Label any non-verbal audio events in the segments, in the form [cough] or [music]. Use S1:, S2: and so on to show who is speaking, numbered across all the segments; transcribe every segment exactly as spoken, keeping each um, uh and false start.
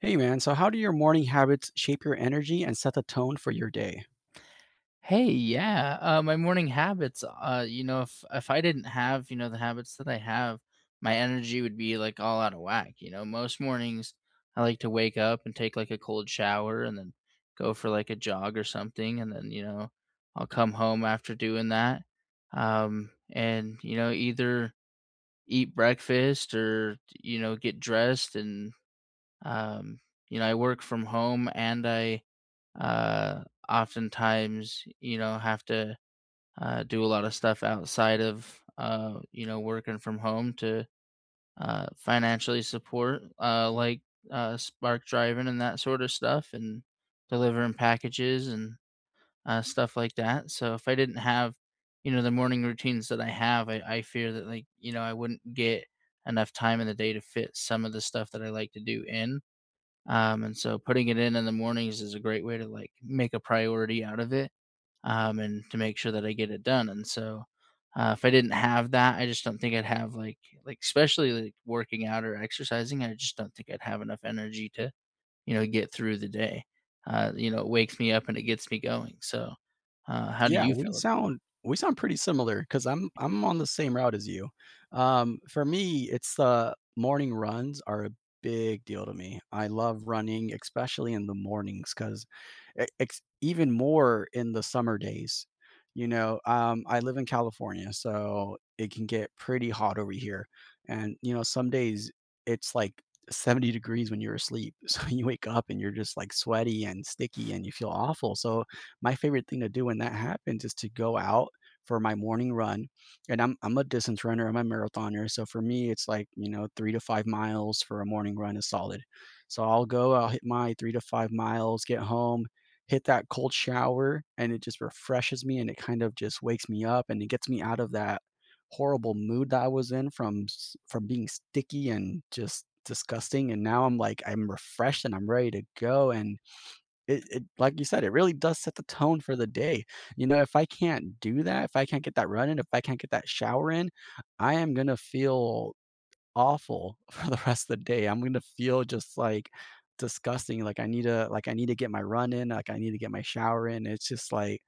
S1: Hey man, so how do your morning habits shape your energy and set the tone for your day?
S2: Hey, yeah. Uh, my morning habits. Uh, you know, if if I didn't have, you know, the habits that I have, my energy would be like all out of whack. You know, most mornings I like to wake up and take like a cold shower and then go for like a jog or something, and then you know I'll come home after doing that, um, and you know either eat breakfast or you know get dressed and um, you know I work from home and I uh oftentimes you know have to uh, do a lot of stuff outside of uh, you know working from home to uh, financially support uh, like uh, spark driving and that sort of stuff and delivering packages and uh, stuff like that. So if I didn't have you know the morning routines that I have I, I fear that like you know I wouldn't get enough time in the day to fit some of the stuff that I like to do in. Um, and so putting it in in the mornings is a great way to like make a priority out of it, um, and to make sure that I get it done. And so, uh, if I didn't have that, I just don't think I'd have like like especially like working out or exercising. I just don't think I'd have enough energy to you know get through the day. Uh, you know, it wakes me up and it gets me going. So, uh, how do
S1: Yeah,
S2: you
S1: we
S2: feel about? It?
S1: sound we sound pretty similar because I 'cause I'm I'm on the same route as you. Um, for me, it's the morning runs are a big deal to me. I love running, especially in the mornings, because ex even more in the summer days, you know, um, I live in California, so it can get pretty hot over here, and, you know, some days it's like seventy degrees when you're asleep, [laughs] so you wake up and you're just, like, sweaty and sticky and you feel awful, so my favorite thing to do when that happens is to go out for my morning run. And I'm I'm a distance runner, I'm a marathoner. So for me, it's like, you know, three to five miles for a morning run is solid. So I'll go, I'll hit my three to five miles, get home, hit that cold shower, and it just refreshes me and it kind of just wakes me up and it gets me out of that horrible mood that I was in from s- from being sticky and just disgusting. And now I'm like I'm refreshed and I'm ready to go. And it it like you said, it really does set the tone for the day. You know, if I can't do that, if I can't get that run in, if I can't get that shower in, I am gonna feel awful [laughs] for the rest of the day. I'm gonna feel just, like, disgusting, like, I need to like, I need to get my run in, like, I need to get my shower in. It's just, like,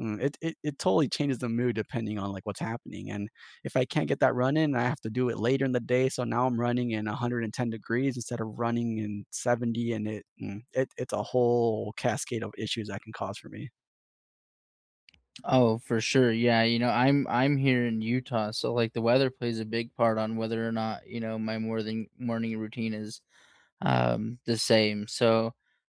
S1: mm, it it it totally changes the mood depending on, like, what's happening, and if I can't get that run in, I have to do it later in the day, so now I'm running in one hundred ten degrees instead of running in seventy, and it mm, it it's a whole cascade of issues that can cause for me.
S2: Oh, for sure. Yeah, you know, I'm I'm here in Utah, so like the weather plays a big part on whether or not, you know, my morning morning routine is um, the same. So,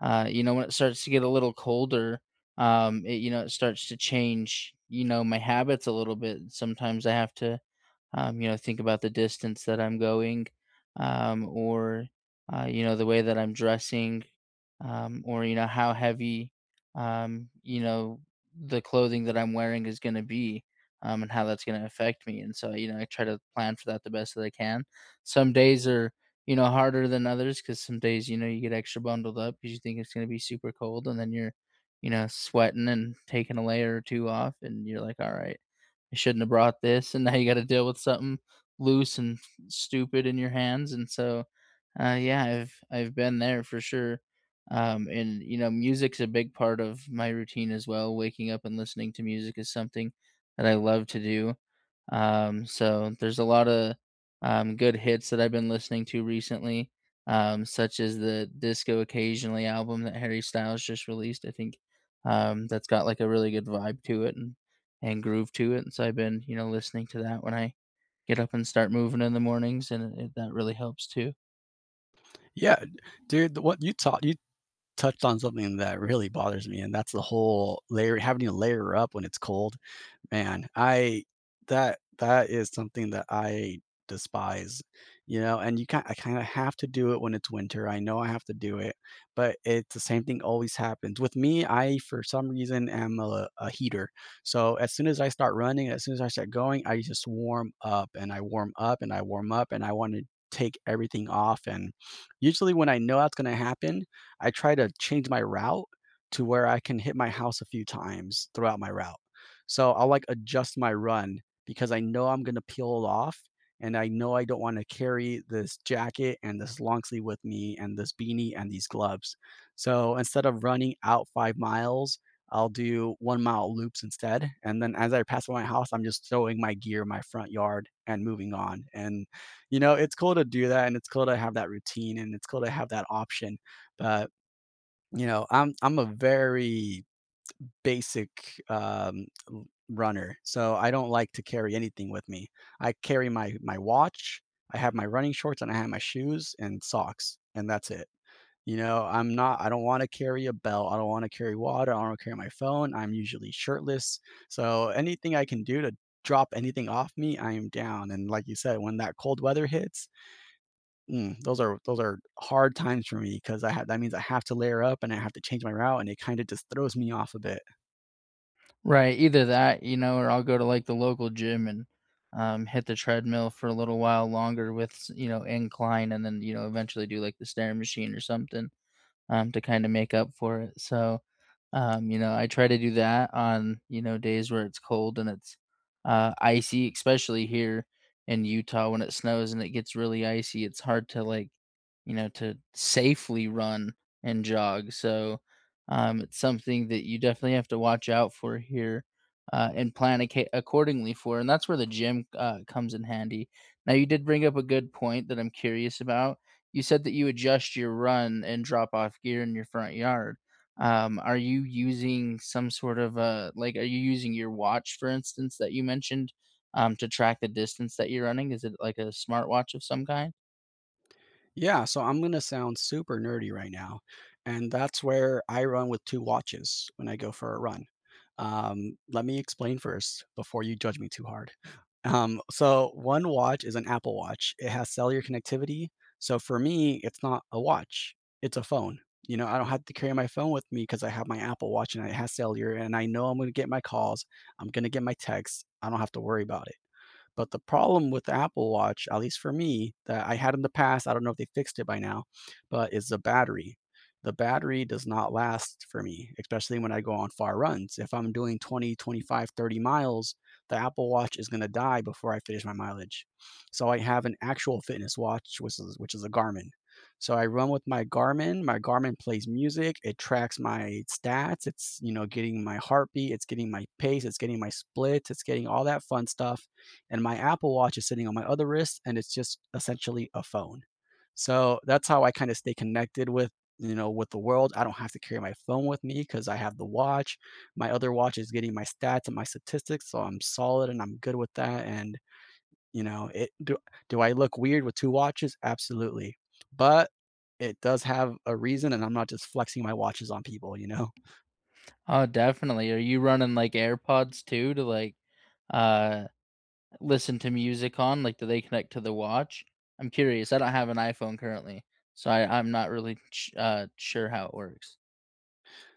S2: uh, you know, when it starts to get a little colder, um, it, you know, it starts to change, you know, my habits a little bit. Sometimes I have to, um, you know, think about the distance that I'm going, um, or, uh, you know, the way that I'm dressing, um, or you know how heavy um, you know the clothing that I'm wearing is going to be, um, and how that's going to affect me. And so you know I try to plan for that the best that I can. Some days are you know harder than others because some days you know you get extra bundled up because you think it's going to be super cold and then you're you know sweating and taking a layer or two off and you're like all right, I shouldn't have brought this, and [laughs] now you got to deal with something loose and stupid in your hands. And so uh, yeah, I've I've been there for sure. Um, and you know, music's a big part of my routine as well. Waking up and listening to music is something that I love to do. Um, so there's a lot of um, good hits that I've been listening to recently, um, such as the Disco Occasionally album that Harry Styles just released. I think um, that's got like a really good vibe to it and and groove to it. And so I've been you know listening to that when I get up and start moving in the mornings, and it, that really helps too.
S1: Yeah, d- dude, the- what you taught you touched on something that really bothers me, and that's the whole layer having to layer up when it's cold. Man, I that that is something that I despise, you know, and you kind I kinda have to do it when it's winter, I know I have to do it, but it's the same thing always happens. With me, I for some reason am a a heater, so as soon as I start running, as soon as I start going, I just warm up, and I warm up, and I warm up, and I wanna take everything off, and usually when I know that's gonna happen, I try to change my route to where I can hit my house a few times throughout my route. So I'll like adjust my run because I know I'm going to peel off and I know I don't want to carry this jacket and this long sleeve with me and this beanie and these gloves. So instead of running out five miles, I'll do one mile loops instead. And then as I pass by my house, I'm just throwing my gear in my front yard and moving on. And, you know, it's cool to do that and it's cool to have that routine and it's cool to have that option. But, you know, I'm I'm a very basic um, l- runner, so I don't like to carry anything with me. I carry my my watch, I have my running shorts, and I have my shoes and socks, and that's it. You know, I'm not. I don't want to carry a belt. I don't want to carry water. I don't want to carry my phone. I'm usually shirtless, so anything I can do to drop anything off me, I am down. And like you said, when that cold weather hits, mm, those are those are hard times for me because I have that means I have to layer up and I have to change my route, and it kind of just throws me off a bit.
S2: Right, either that, you know, or I'll go to, like, the local gym and, um, hit the treadmill for a little while longer with s you know, incline, and then, you know, eventually do, like, the stair machine or something, um, to kind of make up for it. So, um, you know, I try to do that on, you know, days where it's cold and it's uh, icy, especially here in Utah when it snows and it gets really icy. It's hard to, like, you know, to safely run and jog. So, um, it's something that you definitely have to watch out for here. Uh, and plan acca- accordingly for, and that's where the gym uh, comes in handy. Now, you did bring up a good point that I'm curious about. You said that you adjust your run and drop off gear in your front yard. Um, are you using some sort of a like, are you using your watch, for instance, that you mentioned, um, to track the distance that you're running? Is it like a smartwatch of some kind?
S1: Yeah, so I'm gonna sound super nerdy right now, and that's where I run with two watches when I go for a run. Um, let me explain first before you judge me too hard. Um, so one watch is an Apple Watch. It has cellular connectivity. So for me, it's not a watch, it's a phone. You know, I don't have to carry my phone with me because I have my Apple Watch and it has cellular, and I know I'm gonna get my calls, I'm gonna get my texts. I don't have to worry about it. But the problem with the Apple Watch, at least for me, that I had in the past, I don't know if they fixed it by now, but is the battery. The battery does not last for me, especially when I go on far runs. If I'm doing twenty, twenty-five, thirty miles, the Apple Watch is going to die before I finish my mileage. So I have an actual fitness watch, which is which is a Garmin. So I run with my Garmin. My Garmin plays music. It tracks my stats. It's you know getting my heartbeat. It's getting my pace. It's getting my splits. It's getting all that fun stuff and my Apple Watch is sitting on my other wrist, and it's just essentially a phone. So that's how I kind of stay connected with you know with the world. I don't have to carry my phone with me because I have the watch. My other watch is getting my stats and my statistics, so I'm solid and I'm good with that. And you know, it do do I look weird with two watches? Absolutely, but it does have a reason, and I'm not just flexing my watches on people. You know.
S2: Oh, definitely. Are you running like AirPods too to like uh listen to music on? Like, do they connect to the watch? I'm curious. I don't have an iPhone currently, so I, I'm not really ch- uh, sure how it works.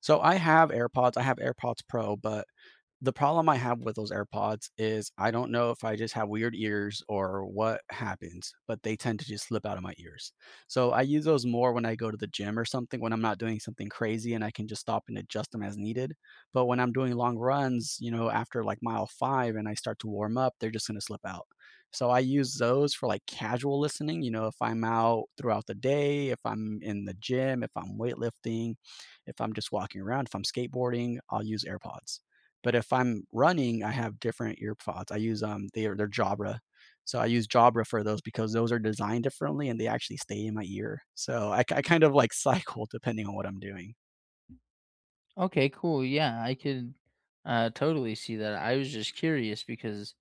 S1: So I have AirPods. I have AirPods Pro, but the problem I have with those AirPods is I don't know if I just have weird ears or what happens, but they tend to just slip out of my ears. So I use those more when I go to the gym or something, when I'm not doing something crazy and I can just stop and adjust them as needed. But when I'm doing long runs, you know, after like mile five and I start to warm up, they're just going to slip out. So I use those for like casual listening. You know, if I'm out throughout the day, if I'm in the gym, if I'm weightlifting, if I'm just walking around, if I'm skateboarding, I'll use AirPods. But if I'm running, I have different earpods. I use, um, they are they're Jabra. So I use Jabra for those because those are designed differently and they actually stay in my ear. So I, I kind of like [laughs] cycle depending on what I'm doing.
S2: Okay, cool. Yeah, I could uh totally see that. I was just curious because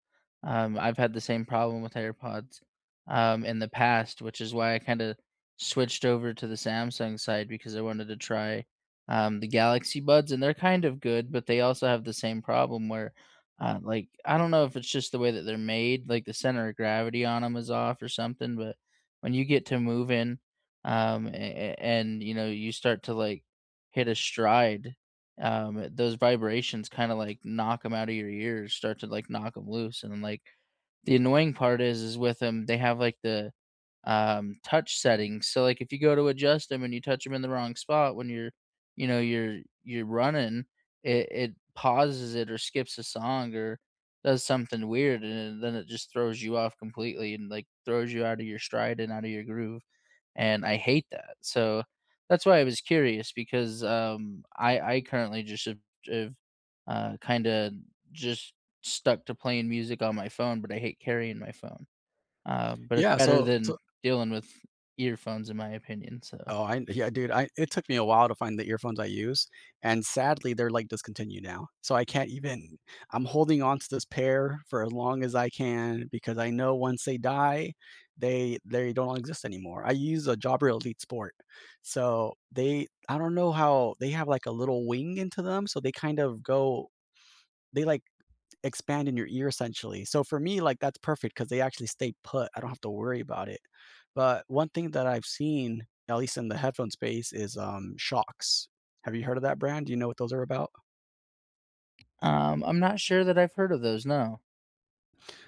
S2: um I've had the same problem with AirPods um in the past, which is why I kind of switched over to the Samsung side because I wanted to try um the Galaxy Buds, and they're kind of good, but they also have the same problem where uh like I don't know if it's just the way that they're made, like the center of gravity on them is off or something, but when you get to moving um a- a- and you know, you start to like hit a stride, um, those vibrations kinda, like, knock them out of your ears, start to, like, knock them loose, and then, like, the annoying part is is with them they have, like, the, um, touch settings, so, like, if you go to adjust them and you touch them in the wrong spot when you're, you know, you're you're running, it it pauses it or skips a song or does something weird, and then it just throws you off completely and, like, throws you out of your stride and out of your groove, and I hate that. So that's why I was curious because um, I I currently just have, have uh, kind of just stuck to playing music on my phone, but I hate carrying my phone. Um, but it's
S1: Yeah.
S2: better
S1: So,
S2: than
S1: so
S2: dealing with earphones, in my opinion. So
S1: Oh, I yeah, dude, I it took me a while to find the earphones I use, and sadly, they're, like, discontinued now, so I can't even I'm holding on to this pair for as long as I can because I know once they die, they they don't exist anymore. I use a Jabra Elite Sport, so they I don't know how they have, like, a little wing into them, so they kind of go they, like expand in your ear essentially. So for me, like, that's perfect because they actually stay put. I don't have to worry about it. But one thing that I've seen, at least in the headphone space, is, um, Shox. Have you heard of that brand? Do you know what those are about?
S2: um, I'm not sure that I've heard of those. No.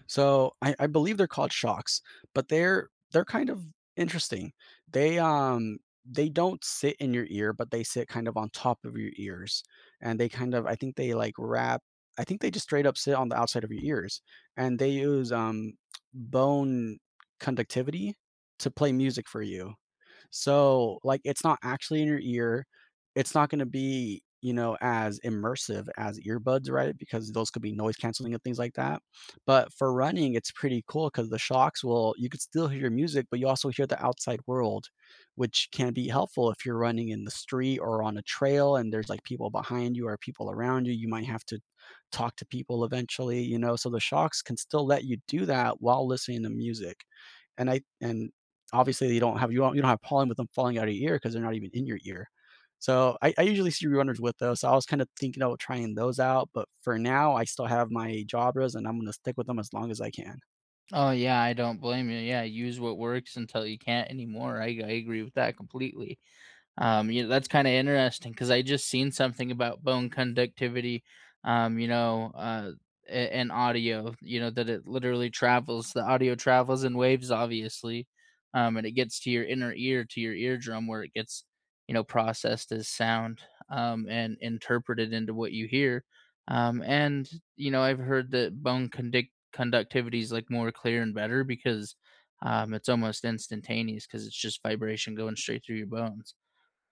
S1: So I, I believe they're called shocks, but they're they're kind of interesting. They um they don't sit in your ear, but they sit kind of on top of your ears, and they kind of I think they like wrap. I think they just straight up sit on the outside of your ears, and they use um bone conductivity to play music for you. So, like, it's not actually in your ear. It's not gonna be, you know, as immersive as earbuds, right? Because those could be noise canceling and things like that. But for running, it's pretty cool because the shocks will you could still hear your music, but you also hear the outside world, which can be helpful if you're running in the street or on a trail and there's, like, people behind you or people around you. You might have to talk to people eventually, you know? So the shocks can still let you do that while listening to music. And I and obviously they don't have you don't you don't have pollen with them falling out of your ear because they're not even in your ear. So I, I usually see rerunners with those. So I was kind of thinking about trying those out, but for now I still have my Jabras and I'm gonna stick with them as long as I can.
S2: Oh yeah, I don't blame you. Yeah, use what works until you can't anymore. I I agree with that completely. Um, you know, that's kind of interesting because I just seen something about bone conductivity, um, you know, uh, a- and audio, you know, that it literally travels, the audio travels in waves, obviously, um, and it gets to your inner ear, to your eardrum, where it gets, you know, processed as sound, um, and interpreted into what you hear. Um, and, you know, I've heard that bone conduct- conductivity is like more clear and better because um, it's almost instantaneous because it's just vibration going straight through your bones,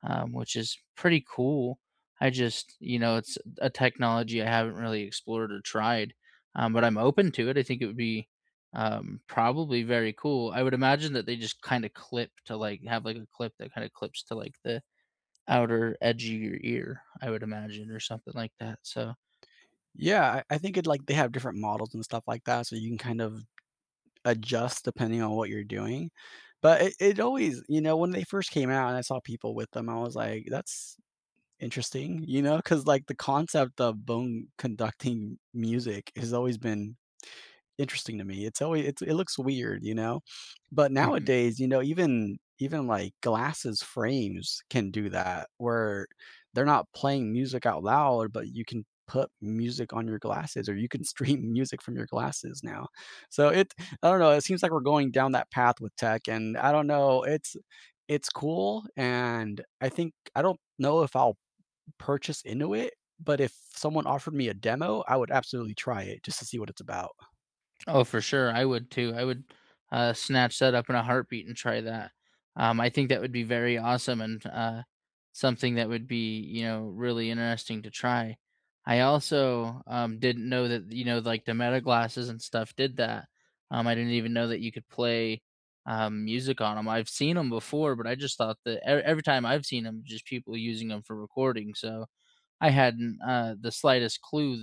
S2: um, which is pretty cool. I just, you know, it's a technology I haven't really explored or tried, um, but I'm open to it. I think it would be um, probably very cool. I would imagine that they just kind of clip to like have like a clip that kind of clips to like the outer edge of your ear, I would imagine, or something like that. So,
S1: Yeah, I, I think it like they have different models and stuff like that, so you can kind of adjust depending on what you're doing. But it, it always, you know, when they first came out and I saw people with them, I was like, that's interesting, you know, because like the concept of bone conducting music has always been interesting to me. It's always it's it looks weird, you know? But nowadays, you know, even even like glasses frames can do that where they're not playing music out loud, but you can put music on your glasses or you can [laughs] stream music from your glasses now. So it I don't know, it seems like we're going down that path with tech and I don't know, it's it's cool and I think I don't know if I'll purchase into it, but if someone offered me a demo, I would absolutely try it just to see what it's about.
S2: oh, for sure. I would too. I would uh, snatch that up in a heartbeat and try that. Um, I think that would be very awesome, and uh, something that would be, you know, really interesting to try. I also um, didn't know that, you know, like the meta glasses and stuff did that. Um, I didn't even know that you could play um, music on them. I've seen them before, but I just thought that e- every time I've seen them, just people using them for recording. So I hadn't uh, the slightest clue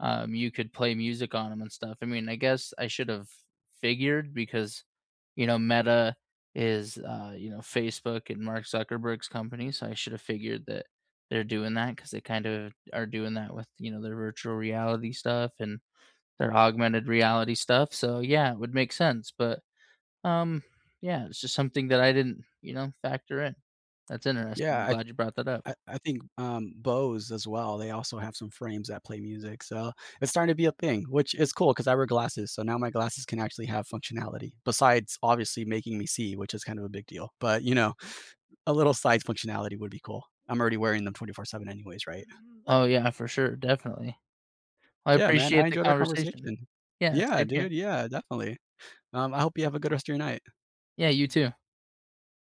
S2: um, you could play music on them and stuff. I mean, I guess I should have figured because, you know, Meta is, uh, you know, Facebook and Mark Zuckerberg's company. So I should have figured that they're doing that because they kind of are doing that with, you know, their virtual reality stuff and their augmented reality stuff. So yeah, it would make sense. But um, yeah, it's just something that I didn't, you know, factor in. That's interesting. I'm
S1: Yeah, I
S2: glad you brought that up.
S1: I I think, um, Bose as well, they also have some frames that play music, so it's starting to be a thing, which is cool. Cause I wear glasses, so now my glasses can actually have functionality, besides obviously making me see, which is kind of a big deal, but, you know, a little side functionality would be cool. I'm already wearing them twenty-four seven anyways, right?
S2: Oh, yeah, for sure. Definitely. I
S1: Yeah, man,
S2: appreciate
S1: I
S2: the
S1: enjoyed our
S2: conversation.
S1: conversation.
S2: Yeah,
S1: Yeah,
S2: same here.
S1: dude, yeah, definitely. Um, I hope you have a good rest of your night.
S2: Yeah, you too.